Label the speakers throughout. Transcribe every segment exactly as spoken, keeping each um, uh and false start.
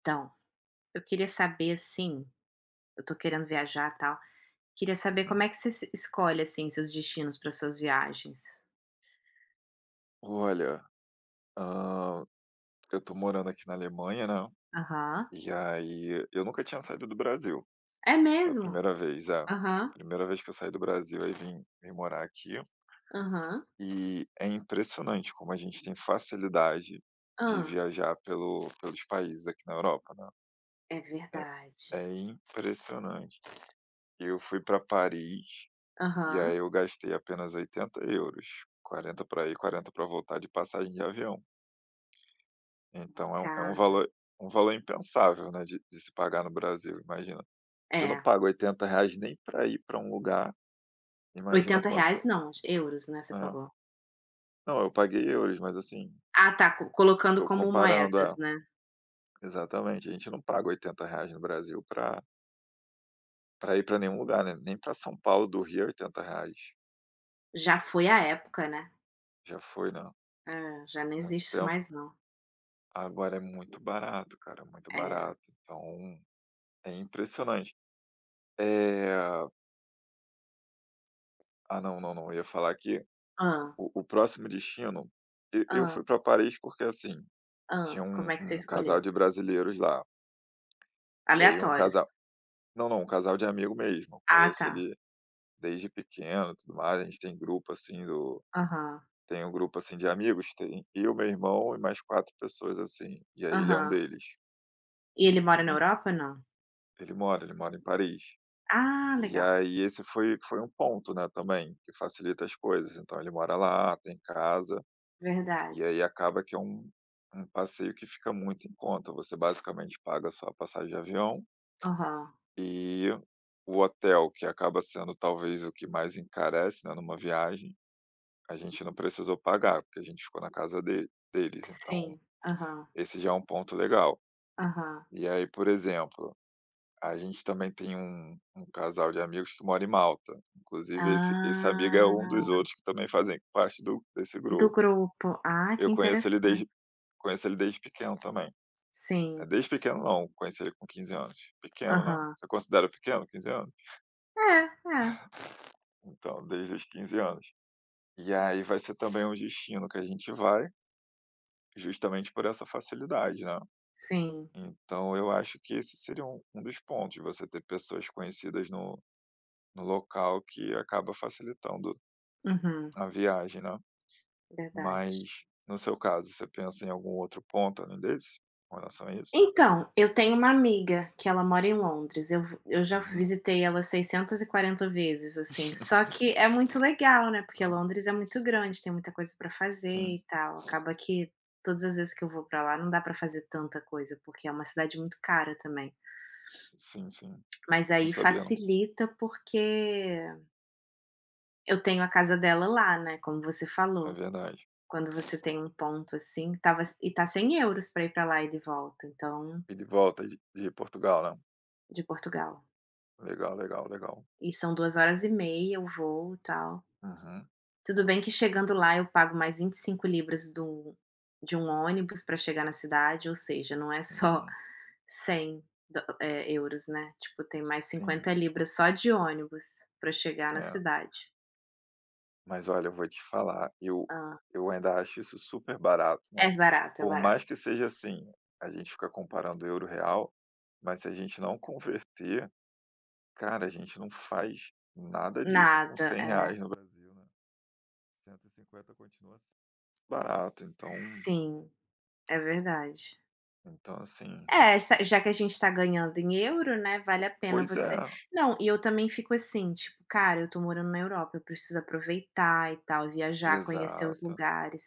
Speaker 1: Então, eu queria saber, assim, eu tô querendo viajar, e tal. Queria saber como
Speaker 2: Uhum.
Speaker 1: é que você se escolhe, assim, seus destinos para suas viagens.
Speaker 2: Olha, hã, eu tô morando aqui na Alemanha, né,
Speaker 1: Aham.
Speaker 2: e aí eu nunca tinha saído do Brasil.
Speaker 1: É
Speaker 2: Foi a
Speaker 1: mesmo?
Speaker 2: primeira vez, é.
Speaker 1: Aham,
Speaker 2: Primeira vez que eu saí do Brasil, aí vim vim morar aqui.
Speaker 1: aham.
Speaker 2: E é impressionante como a gente tem facilidade de
Speaker 1: Ah,
Speaker 2: viajar pelo pelos países aqui na Europa, né.
Speaker 1: é verdade.
Speaker 2: É é impressionante. Eu fui para Paris, e aí
Speaker 1: Aham.
Speaker 2: eu gastei apenas oitenta euros, quarenta para ir, quarenta para voltar de passagem de avião. Então é um é um
Speaker 1: Cara,
Speaker 2: valor um valor impensável, né, de de se pagar no Brasil, imagina. Você não
Speaker 1: é.
Speaker 2: paga oitenta reais nem para ir para um lugar, imagina
Speaker 1: Oitenta
Speaker 2: quanto
Speaker 1: reais não, euros, né, você
Speaker 2: é.
Speaker 1: pagou.
Speaker 2: Não, eu paguei euros, mas assim,
Speaker 1: Ah, tá, co colocando
Speaker 2: estou
Speaker 1: como
Speaker 2: comparando
Speaker 1: moedas,
Speaker 2: é,
Speaker 1: né.
Speaker 2: exatamente, a gente não paga oitenta reais no Brasil para para ir para nenhum lugar, né, nem para São Paulo do Rio é oitenta reais
Speaker 1: Já foi a época, né.
Speaker 2: já foi, né,
Speaker 1: É, já não
Speaker 2: muito
Speaker 1: existe isso
Speaker 2: tempo.
Speaker 1: mais não.
Speaker 2: Agora é muito barato, cara, muito
Speaker 1: É.
Speaker 2: barato, então é impressionante. É, ah, não, não, não, eu ia falar aqui.
Speaker 1: Ah,
Speaker 2: O o próximo destino, e eu
Speaker 1: ah,
Speaker 2: fui para Paris porque, assim,
Speaker 1: ah.
Speaker 2: tinha um
Speaker 1: Como é que você
Speaker 2: um casal
Speaker 1: escolheu?
Speaker 2: de brasileiros lá, e aí um casal,
Speaker 1: Aleatórios.
Speaker 2: não, não, um casal de amigo mesmo. Eu
Speaker 1: Ah,
Speaker 2: conheço
Speaker 1: tá.
Speaker 2: ele desde pequeno e tudo mais, a gente tem grupo, assim, do
Speaker 1: Aham.
Speaker 2: tem um grupo, assim, de amigos, tem eu, meu irmão e mais quatro pessoas, assim, e aí ele é um
Speaker 1: Aham.
Speaker 2: deles.
Speaker 1: E ele mora na
Speaker 2: Entã
Speaker 1: Europa, não?
Speaker 2: Ele mora, ele mora em Paris.
Speaker 1: Ah,
Speaker 2: E
Speaker 1: legal,
Speaker 2: aí esse foi foi um ponto, né, também, que facilita as coisas, então ele mora lá, tem casa. E
Speaker 1: verdade.
Speaker 2: aí acaba que é um um passeio que fica muito em conta. Você basicamente paga só a passagem de avião
Speaker 1: Aham.
Speaker 2: e o hotel, que acaba sendo talvez o que mais encarece, né, numa viagem, a gente não precisou pagar, porque a gente ficou na casa de deles. Então,
Speaker 1: Sim, aham,
Speaker 2: esse já é um ponto legal.
Speaker 1: aham.
Speaker 2: E aí, por exemplo, a gente também tem um um casal de amigos que mora em Malta. Inclusive, esse esse amigo é um dos
Speaker 1: Ah,
Speaker 2: outros que também fazem parte do desse
Speaker 1: do
Speaker 2: grupo.
Speaker 1: grupo. Ah,
Speaker 2: Eu
Speaker 1: que
Speaker 2: conheço ele
Speaker 1: interessante.
Speaker 2: desde Conheço ele desde pequeno também. É,
Speaker 1: Sim,
Speaker 2: desde pequeno não, conheci ele com quinze anos. Pequeno, né.
Speaker 1: aham.
Speaker 2: Você considera pequeno quinze anos?
Speaker 1: É, é.
Speaker 2: Então, desde os quinze anos. E aí vai ser também um destino que a gente vai, justamente por essa facilidade, né.
Speaker 1: Sim,
Speaker 2: Então eu acho que esse seria um um dos pontos, você ter pessoas conhecidas no no local que acaba facilitando
Speaker 1: uhum,
Speaker 2: a viagem, né.
Speaker 1: verdade.
Speaker 2: Mas, no seu caso, você pensa em algum outro ponto além desse, com relação a isso?
Speaker 1: Então, eu tenho uma amiga que ela mora em Londres, eu eu já
Speaker 2: Uhum.
Speaker 1: visitei ela seiscentas e quarenta vezes, assim, só que é muito legal, né, porque
Speaker 2: Ah,
Speaker 1: Londres é muito grande, tem muita coisa pra fazer
Speaker 2: sim,
Speaker 1: e tal, acaba que todas as vezes que eu vou pra lá não dá pra fazer tanta coisa, porque é uma cidade muito cara também.
Speaker 2: sim, sim.
Speaker 1: Mas
Speaker 2: Não
Speaker 1: aí
Speaker 2: sabia não,
Speaker 1: facilita, porque eu tenho a casa dela lá, né, como você
Speaker 2: é
Speaker 1: falou,
Speaker 2: verdade.
Speaker 1: quando você tem um ponto, assim, tava e tá cem euros pra ir pra lá e de volta, então
Speaker 2: E de volta de de Portugal, né.
Speaker 1: de Portugal.
Speaker 2: Legal, legal, legal.
Speaker 1: E são duas horas e meia o voo, e tal.
Speaker 2: Uhum,
Speaker 1: Tudo bem que chegando lá eu pago mais vinte e cinco libras do de um ônibus para chegar na cidade, ou seja, não é só
Speaker 2: uhum.
Speaker 1: cem do eh, euros, né, tipo, tem mais
Speaker 2: Sim,
Speaker 1: cinquenta libras só de ônibus para chegar na
Speaker 2: é.
Speaker 1: cidade.
Speaker 2: Mas olha, eu vou te falar, eu eu ainda acho isso super barato, né.
Speaker 1: É barato, é
Speaker 2: Por mais
Speaker 1: barato.
Speaker 2: que seja assim, a gente fica comparando euro, real, mas se a gente não converter, cara, a gente não faz nada disso com
Speaker 1: Nada,
Speaker 2: cem
Speaker 1: é.
Speaker 2: reais no Brasil, né. Cento e cinquenta continua sendo barato, então,
Speaker 1: Sim, é verdade.
Speaker 2: então assim,
Speaker 1: É, já já que a gente tá ganhando em euro, né, vale a pena
Speaker 2: pois é,
Speaker 1: você não, e eu também fico assim, tipo: "Cara, eu tô morando na Europa, eu preciso aproveitar e tal, viajar, conhecer os
Speaker 2: exato.
Speaker 1: lugares".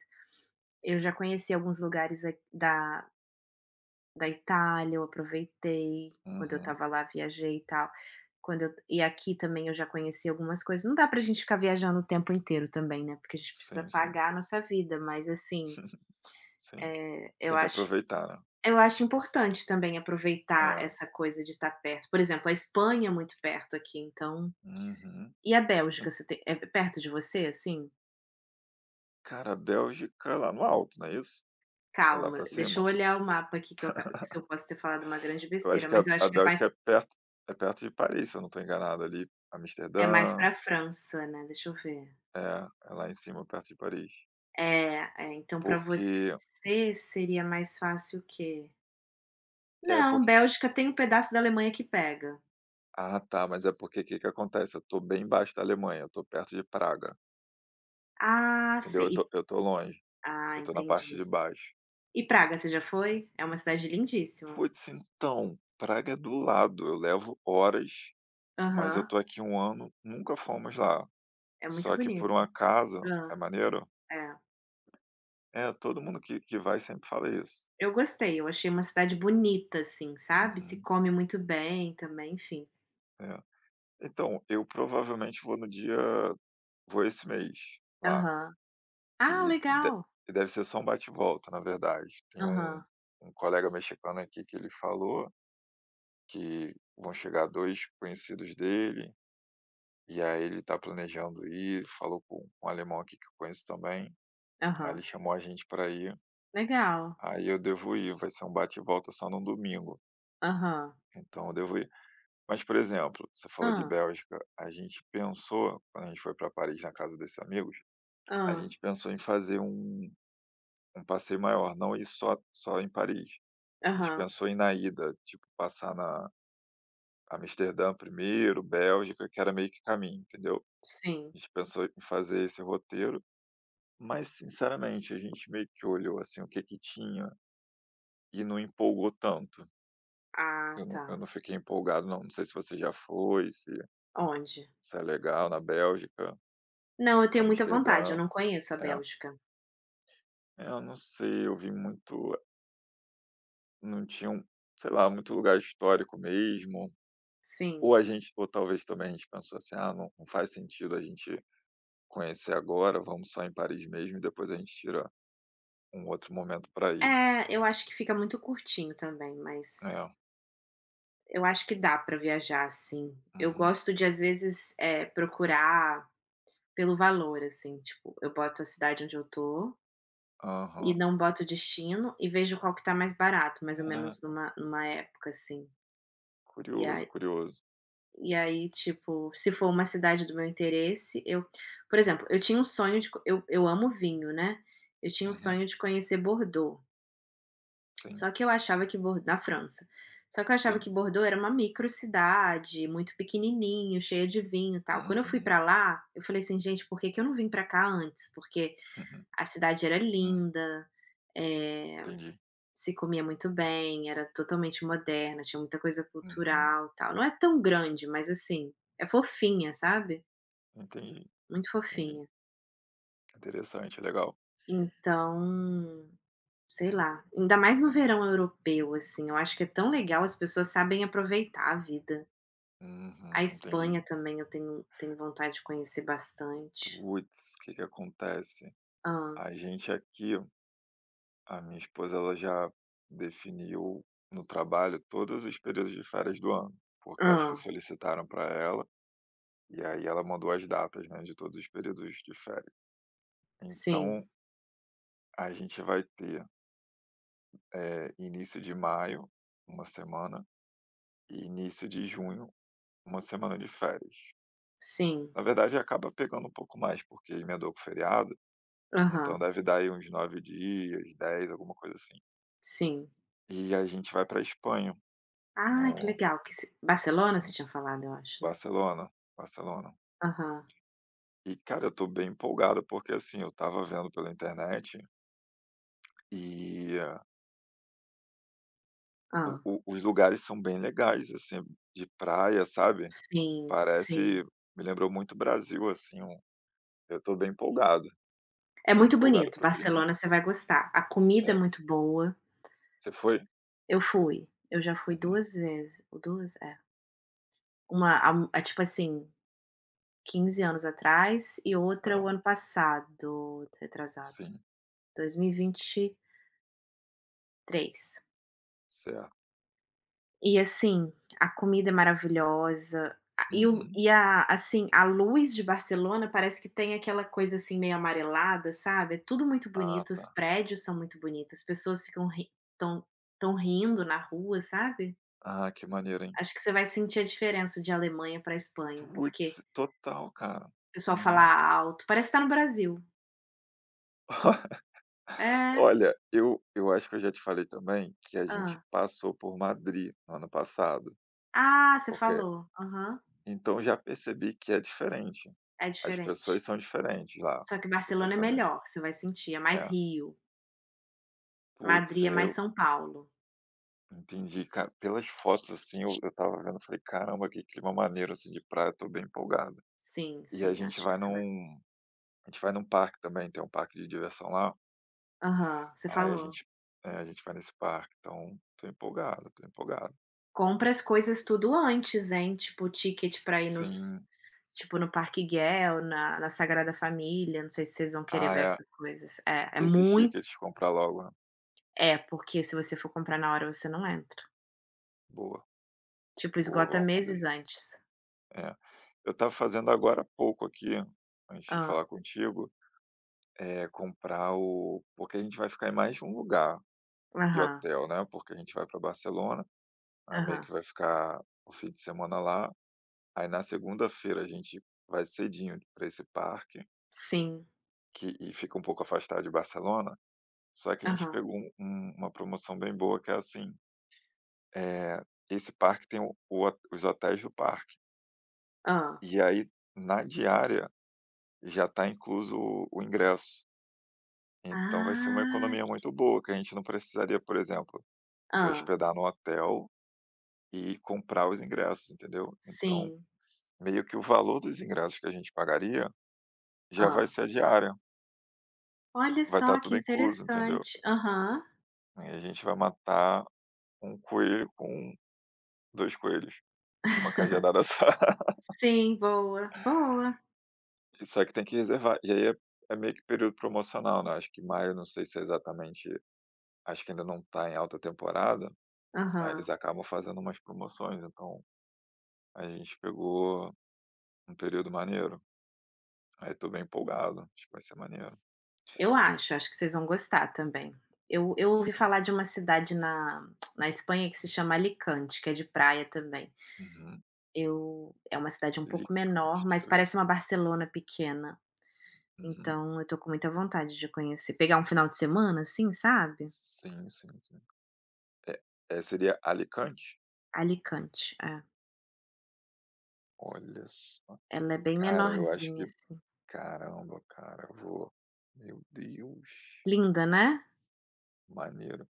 Speaker 1: Eu já conheci alguns lugares a da da Itália, eu aproveitei, quando eu
Speaker 2: Uhum.
Speaker 1: estava lá, viajei e tal. Quando eu e aqui também eu já conheci algumas coisas. Não dá pra gente ficar viajando o tempo inteiro também, né, porque a gente precisa
Speaker 2: Sim, sim.
Speaker 1: pagar a nossa vida, mas assim,
Speaker 2: Sim.
Speaker 1: é eu
Speaker 2: Tem que
Speaker 1: acho
Speaker 2: aproveitar, né.
Speaker 1: eu acho importante também aproveitar
Speaker 2: É.
Speaker 1: essa coisa de estar perto. Por exemplo, a Espanha é muito perto aqui, então
Speaker 2: Uhum.
Speaker 1: e a Bélgica, você tem é perto de você, assim?
Speaker 2: Cara, a Bélgica é lá no alto, não é isso? É lá
Speaker 1: Calma,
Speaker 2: pra
Speaker 1: deixa eu
Speaker 2: cima?
Speaker 1: olhar o mapa aqui que eu aca se eu posso ter falado uma grande
Speaker 2: Eu acho
Speaker 1: besteira,
Speaker 2: que a
Speaker 1: mas eu acho
Speaker 2: a
Speaker 1: que é mais
Speaker 2: Bélgica é perto, é perto de Paris, se eu não estou enganado ali,
Speaker 1: é mais
Speaker 2: Amsterdã,
Speaker 1: pra França, né, deixa eu ver.
Speaker 2: é, é lá em cima perto de Paris.
Speaker 1: É, é, então para
Speaker 2: Porque
Speaker 1: você seria mais fácil o quê?
Speaker 2: é
Speaker 1: Não,
Speaker 2: porque
Speaker 1: Bélgica tem um pedaço da Alemanha que pega.
Speaker 2: ah tá, mas é porque o que que acontece, eu estou bem embaixo da Alemanha, eu estou perto de Praga,
Speaker 1: Ah,
Speaker 2: entendeu?
Speaker 1: sei.
Speaker 2: Eu estou
Speaker 1: E-
Speaker 2: eu estou longe,
Speaker 1: Ah,
Speaker 2: eu estou na parte
Speaker 1: entendi.
Speaker 2: de baixo.
Speaker 1: E Praga, você já foi? É uma cidade lindíssima.
Speaker 2: Putz, então, Praga é do lado, eu levo horas, mas eu
Speaker 1: Aham.
Speaker 2: estou aqui um ano, nunca fomos lá.
Speaker 1: É muito
Speaker 2: Só que por um
Speaker 1: bonito.
Speaker 2: acaso
Speaker 1: Hã,
Speaker 2: é maneiro?
Speaker 1: é.
Speaker 2: É, todo mundo que que vai sempre fala isso.
Speaker 1: Eu gostei, eu achei uma cidade bonita, assim, sabe, se
Speaker 2: Uhum,
Speaker 1: come muito bem também, enfim.
Speaker 2: é. Então, eu provavelmente vou no dia vou esse mês lá,
Speaker 1: Aham. Ah,
Speaker 2: e de
Speaker 1: legal.
Speaker 2: e deve ser só um bate e volta, na verdade. Tem um
Speaker 1: Aham,
Speaker 2: um colega mexicano aqui que ele falou que vão chegar dois conhecidos dele, e aí ele tá planejando ir, falou com um alemão aqui que eu conheço também, aí ele
Speaker 1: aham.
Speaker 2: chamou a gente para ir,
Speaker 1: Legal.
Speaker 2: aí eu devo ir, vai ser um bate e volta só no domingo,
Speaker 1: Aham.
Speaker 2: então eu devo ir. Mas, por exemplo, você falou de
Speaker 1: Ah,
Speaker 2: Bélgica, a gente pensou, quando a gente foi para Paris, na casa desses amigos, a
Speaker 1: ah,
Speaker 2: gente pensou em fazer um um passeio maior, não ir só só em Paris. A gente
Speaker 1: aham.
Speaker 2: pensou em na ida, tipo, passar na Amsterdã primeiro, Bélgica, que era meio que caminho, entendeu.
Speaker 1: Sim.
Speaker 2: A gente pensou em fazer esse roteiro, mas sinceramente a gente meio que olhou, assim, o que que tinha e não empolgou tanto.
Speaker 1: Ah,
Speaker 2: Eu não
Speaker 1: tá.
Speaker 2: eu não fiquei empolgado não, não sei se você já foi, se
Speaker 1: Onde?
Speaker 2: se é legal na Bélgica,
Speaker 1: Não, eu tenho muita vontade, eu
Speaker 2: Amsterdã.
Speaker 1: não conheço a
Speaker 2: É,
Speaker 1: Bélgica.
Speaker 2: é, eu não sei, eu vi muito, não tinha um, sei lá, muito lugar histórico mesmo,
Speaker 1: Sim.
Speaker 2: ou a gente, ou talvez também a gente pensou assim: "Ah, não, não faz sentido a gente conhecer agora, vamos só em Paris mesmo e depois a gente tira um outro momento para ir".
Speaker 1: É, eu acho que fica muito curtinho também, mas
Speaker 2: É,
Speaker 1: eu acho que dá pra viajar, sim. Eu
Speaker 2: uhum,
Speaker 1: gosto de, às vezes, eh, procurar pelo valor, assim, tipo, eu boto a cidade onde eu tô e
Speaker 2: aham.
Speaker 1: não boto o destino e vejo qual que tá mais barato, mais ou menos
Speaker 2: Caraca,
Speaker 1: numa numa época, assim. E
Speaker 2: curioso,
Speaker 1: aí
Speaker 2: curioso.
Speaker 1: e aí, tipo, se for uma cidade do meu interesse, eu por exemplo, eu tinha um sonho de co eu eu amo vinho, né, eu tinha um
Speaker 2: Uhum,
Speaker 1: sonho de conhecer Bordeaux,
Speaker 2: sim,
Speaker 1: só que eu achava que Bor na França, só que eu achava
Speaker 2: sim.
Speaker 1: que Bordeaux era uma micro cidade muito pequenininho, cheia de vinho, e tal. Quando eu fui
Speaker 2: Uhum,
Speaker 1: pra lá, eu falei assim: "Gente, por que que eu não vim pra cá antes?" Porque
Speaker 2: uhum,
Speaker 1: a cidade era
Speaker 2: hum,
Speaker 1: linda, eh,
Speaker 2: entendi.
Speaker 1: se comia muito bem, era totalmente moderna, tinha muita coisa
Speaker 2: Uhum,
Speaker 1: cultural, e tal. Não é tão grande, mas assim, é fofinha, sabe?
Speaker 2: entendi,
Speaker 1: Muito
Speaker 2: entendi.
Speaker 1: fofinha.
Speaker 2: Interessante, legal.
Speaker 1: Então, sei lá, ainda mais no
Speaker 2: É,
Speaker 1: verão europeu, assim, eu acho que é tão legal, as pessoas sabem aproveitar a vida. A
Speaker 2: uhum,
Speaker 1: Espanha
Speaker 2: entendi.
Speaker 1: também eu tenho tenho vontade de conhecer bastante.
Speaker 2: Puts, que que acontece?
Speaker 1: Ah,
Speaker 2: A gente aqui, a minha esposa, ela já definiu no trabalho todos os períodos de férias do ano, porque acho que
Speaker 1: ah,
Speaker 2: solicitaram para ela, e aí ela mandou as datas, né, de todos os períodos de férias.
Speaker 1: sim,
Speaker 2: Então, a gente vai ter, eh, início de maio, uma semana, e início de junho, uma semana de férias.
Speaker 1: sim.
Speaker 2: Na verdade, acaba pegando um pouco mais, porque emendou com o feriado, então
Speaker 1: Aham,
Speaker 2: deve dar aí uns nove dias, dez, alguma coisa assim.
Speaker 1: sim.
Speaker 2: E a gente vai para Espanha
Speaker 1: Ah, que
Speaker 2: no
Speaker 1: legal, que ci Barcelona você tinha falado, eu acho, né?
Speaker 2: Barcelona, Barcelona.
Speaker 1: Aham.
Speaker 2: E, cara, eu tô bem empolgado, porque, assim, eu tava vendo pela internet e ah,
Speaker 1: Hã.
Speaker 2: o o os lugares são bem legais, assim, de praia, sabe,
Speaker 1: Sim,
Speaker 2: parece,
Speaker 1: sim.
Speaker 2: me lembrou muito Brasil, assim, um, eu tô bem empolgado,
Speaker 1: É
Speaker 2: tô bem
Speaker 1: muito
Speaker 2: empolgado
Speaker 1: bonito,
Speaker 2: pro clima.
Speaker 1: Barcelona você vai gostar. A comida
Speaker 2: É,
Speaker 1: é
Speaker 2: você
Speaker 1: muito boa.
Speaker 2: você foi?
Speaker 1: Eu fui, eu já fui
Speaker 2: Uhum,
Speaker 1: duas vezes, ou duas é. Uma há um tipo assim, quinze anos atrás e outra o
Speaker 2: caramba,
Speaker 1: ano passado, retrasado,
Speaker 2: sim,
Speaker 1: dois mil e e vinte e três.
Speaker 2: certo.
Speaker 1: E assim, a comida é maravilhosa, a e o
Speaker 2: Uhum.
Speaker 1: e a assim, a luz de Barcelona parece que tem aquela coisa, assim, meio amarelada, sabe, é tudo muito
Speaker 2: Ah,
Speaker 1: bonito, os
Speaker 2: tá.
Speaker 1: prédios são muito bonitos, as pessoas ficam ri tão estão rindo na rua, sabe.
Speaker 2: Ah, que maneiro, hein.
Speaker 1: Acho que você vai sentir a diferença de Alemanha para Espanha, porque
Speaker 2: Putz, total, cara.
Speaker 1: o pessoal fala
Speaker 2: Uhum.
Speaker 1: alto, parece que tá no Brasil. É.
Speaker 2: Olha, eu eu acho que eu já te falei também que a gente
Speaker 1: Ah,
Speaker 2: passou por Madrid no ano passado,
Speaker 1: Ah, você
Speaker 2: porque
Speaker 1: falou. Aham.
Speaker 2: então já percebi que é diferente.
Speaker 1: É
Speaker 2: As pessoas
Speaker 1: diferente.
Speaker 2: são diferentes lá,
Speaker 1: Só que
Speaker 2: as pessoas
Speaker 1: Barcelona é
Speaker 2: são mais,
Speaker 1: melhor, você vai sentir, é mais
Speaker 2: é,
Speaker 1: Rio,
Speaker 2: putz,
Speaker 1: Madrid é
Speaker 2: é,
Speaker 1: mais
Speaker 2: eu
Speaker 1: São Paulo.
Speaker 2: entendi, cara, pelas fotos, assim, eu eu estava vendo, falei: "Caramba, que clima maneiro, assim, de praia", tô bem empolgado.
Speaker 1: Sim,
Speaker 2: E a
Speaker 1: sim,
Speaker 2: gente
Speaker 1: acho que
Speaker 2: vai
Speaker 1: você vai
Speaker 2: num a gente vai num parque também, tem um parque de diversão lá,
Speaker 1: aham, você
Speaker 2: aí a
Speaker 1: falou.
Speaker 2: gente, é, a gente vai nesse parque, então tô empolgado, tô empolgado.
Speaker 1: Compra as coisas tudo antes, hein, tipo o ticket pra ir nos
Speaker 2: Sim.
Speaker 1: tipo no Parque Güell, na na Sagrada Família, não sei se vocês vão querer
Speaker 2: Ah,
Speaker 1: ver
Speaker 2: é.
Speaker 1: essas coisas. É, é
Speaker 2: Esses
Speaker 1: muito
Speaker 2: tickets, comprar logo, né.
Speaker 1: é, porque se você for comprar na hora você não entra.
Speaker 2: Boa,
Speaker 1: Tipo,
Speaker 2: boa,
Speaker 1: esgota
Speaker 2: vamos fazer
Speaker 1: meses
Speaker 2: isso.
Speaker 1: antes.
Speaker 2: É. Eu estava fazendo agora há pouco aqui, antes de
Speaker 1: Ah,
Speaker 2: falar contigo, é comprar o, porque a gente vai ficar em mais de um lugar de
Speaker 1: aham,
Speaker 2: hotel, né, porque a gente vai para Barcelona, aí meio que
Speaker 1: aham.
Speaker 2: vai ficar o fim de semana lá, aí na segunda-feira a gente vai cedinho para esse parque,
Speaker 1: Sim.
Speaker 2: que e fica um pouco afastado de Barcelona, só que a gente
Speaker 1: Aham.
Speaker 2: pegou um um uma promoção bem boa que é assim, eh, esse parque tem o o hot- os hotéis do parque.
Speaker 1: Ah,
Speaker 2: E aí, na diária, já está incluso o o ingresso. Então vai ser uma
Speaker 1: ah,
Speaker 2: economia muito boa, que a gente não precisaria, por exemplo, se
Speaker 1: ah,
Speaker 2: hospedar no hotel e comprar os ingressos, entendeu? Então,
Speaker 1: sim.
Speaker 2: meio que o valor dos ingressos que a gente pagaria já vai
Speaker 1: Ah,
Speaker 2: ser a diária,
Speaker 1: olha
Speaker 2: vai estar
Speaker 1: só que
Speaker 2: tudo incluso, entendeu?
Speaker 1: interessante. Aham.
Speaker 2: E a gente vai matar um coelho com um, dois coelhos, com uma cajadada só.
Speaker 1: Sim, boa, boa.
Speaker 2: Só que tem que reservar. E aí é, é meio que período promocional, né? Acho que maio, não sei se é exatamente, acho que ainda não está em alta temporada, aí eles
Speaker 1: Aham.
Speaker 2: acabam fazendo umas promoções, então a gente pegou um período maneiro. Aí tô bem empolgado, acho que vai ser maneiro.
Speaker 1: Eu acho, acho que vocês vão gostar também. Eu eu ouvi
Speaker 2: Sim.
Speaker 1: falar de uma cidade na na Espanha que se chama Alicante, que é de praia também.
Speaker 2: Uhum.
Speaker 1: Eu é uma cidade um pouco
Speaker 2: Alicante,
Speaker 1: menor,
Speaker 2: deixa
Speaker 1: mas
Speaker 2: eu ver
Speaker 1: parece
Speaker 2: aqui.
Speaker 1: uma Barcelona pequena,
Speaker 2: Uhum.
Speaker 1: então eu tô com muita vontade de conhecer. Pegar um final de semana, assim, sabe?
Speaker 2: Sim, sim, sim. É, é, seria Alicante?
Speaker 1: Alicante, é.
Speaker 2: Olha só.
Speaker 1: Ela é bem
Speaker 2: Cara, eu acho
Speaker 1: menorzinha,
Speaker 2: que.
Speaker 1: assim.
Speaker 2: Caramba, cara, eu vou. Meu Deus.
Speaker 1: Linda, né?
Speaker 2: Maneiro.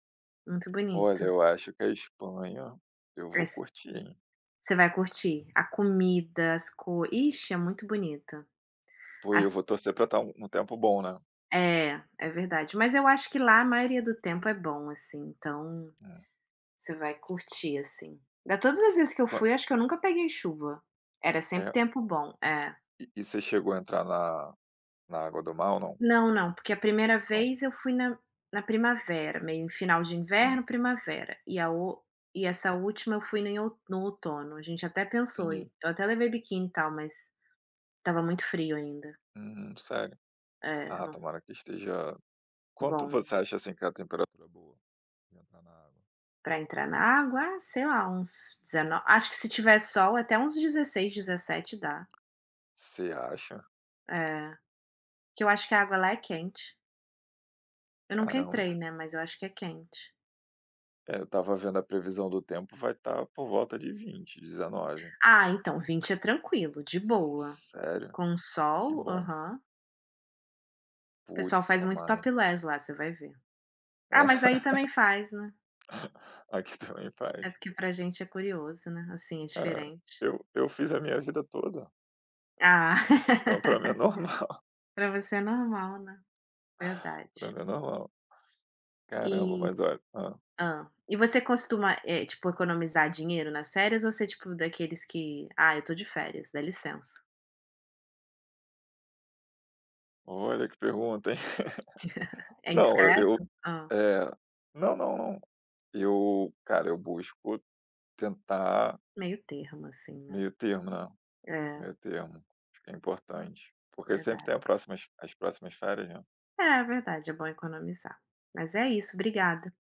Speaker 1: Muito
Speaker 2: Olha,
Speaker 1: bonita.
Speaker 2: eu acho que a Espanha, eu vou
Speaker 1: Es
Speaker 2: curtir, hein?
Speaker 1: você vai curtir. A comida, as co Ixi, é muito bonita.
Speaker 2: Pô, e eu
Speaker 1: As
Speaker 2: vou torcer pra estar um, um tempo bom, né?
Speaker 1: é, é verdade. Mas eu acho que lá a maioria do tempo
Speaker 2: Uhum.
Speaker 1: é bom, assim, então você vai curtir, assim. Da todas as vezes que eu fui, acho que eu nunca peguei chuva. Era sempre
Speaker 2: É.
Speaker 1: tempo bom, é.
Speaker 2: E e você chegou a entrar na na água do mal? Não?
Speaker 1: Não, não, porque a primeira
Speaker 2: Não.
Speaker 1: vez eu fui na na primavera, meio em final de
Speaker 2: Sim,
Speaker 1: inverno, primavera, e a o e essa última eu fui em ou no outono. A gente até pensou
Speaker 2: entendi.
Speaker 1: em eu até levei biquíni e tal, mas tava muito frio ainda.
Speaker 2: Hum, sério?
Speaker 1: É,
Speaker 2: Ah,
Speaker 1: não-
Speaker 2: tomara que esteja. Quanto
Speaker 1: bom.
Speaker 2: você acha, assim, que é a temperatura boa de entrar na água?
Speaker 1: Para entrar na água, ah, sei lá, uns dezenove acho que se tiver sol até uns dezesseis dezessete dá.
Speaker 2: Você acha?
Speaker 1: É, que eu acho que a água lá é quente. Eu nunca entrei,
Speaker 2: Caramba.
Speaker 1: né, mas eu acho que é quente.
Speaker 2: É, eu estava vendo a previsão do tempo, vai estar por volta de vinte, dezenove.
Speaker 1: Ah, então vinte é tranquilo, de boa.
Speaker 2: Sério?
Speaker 1: Com
Speaker 2: Que
Speaker 1: sol
Speaker 2: bom.
Speaker 1: aham. O pessoal
Speaker 2: Putz,
Speaker 1: faz muito
Speaker 2: tomara, hein.
Speaker 1: topless lá, você vai ver. Ah, mas aí
Speaker 2: É.
Speaker 1: também faz, né.
Speaker 2: Aqui também faz.
Speaker 1: É porque pra gente é curioso, né, assim, é
Speaker 2: É.
Speaker 1: diferente.
Speaker 2: Eu eu fiz a minha vida toda,
Speaker 1: Ah,
Speaker 2: então para mim é normal.
Speaker 1: pra você é normal, né,
Speaker 2: Para
Speaker 1: verdade.
Speaker 2: mim é normal. Caramba,
Speaker 1: E
Speaker 2: mas olha, hã.
Speaker 1: hã. E você costuma, eh, tipo, economizar dinheiro nas férias ou você é tipo daqueles que: "Ah, eu tô de férias, dá licença"?
Speaker 2: Olha que pergunta, hein.
Speaker 1: É
Speaker 2: Não, eu eu,
Speaker 1: indiscreto? Hã.
Speaker 2: eh, não, não, não. Eu, cara, eu busco tentar
Speaker 1: Meio termo assim, né.
Speaker 2: meio termo, né,
Speaker 1: É,
Speaker 2: meio termo. Acho que é importante, porque sempre tem
Speaker 1: verdade.
Speaker 2: a próximas as próximas férias, né.
Speaker 1: É, verdade, é bom economizar. Mas é isso, obrigada.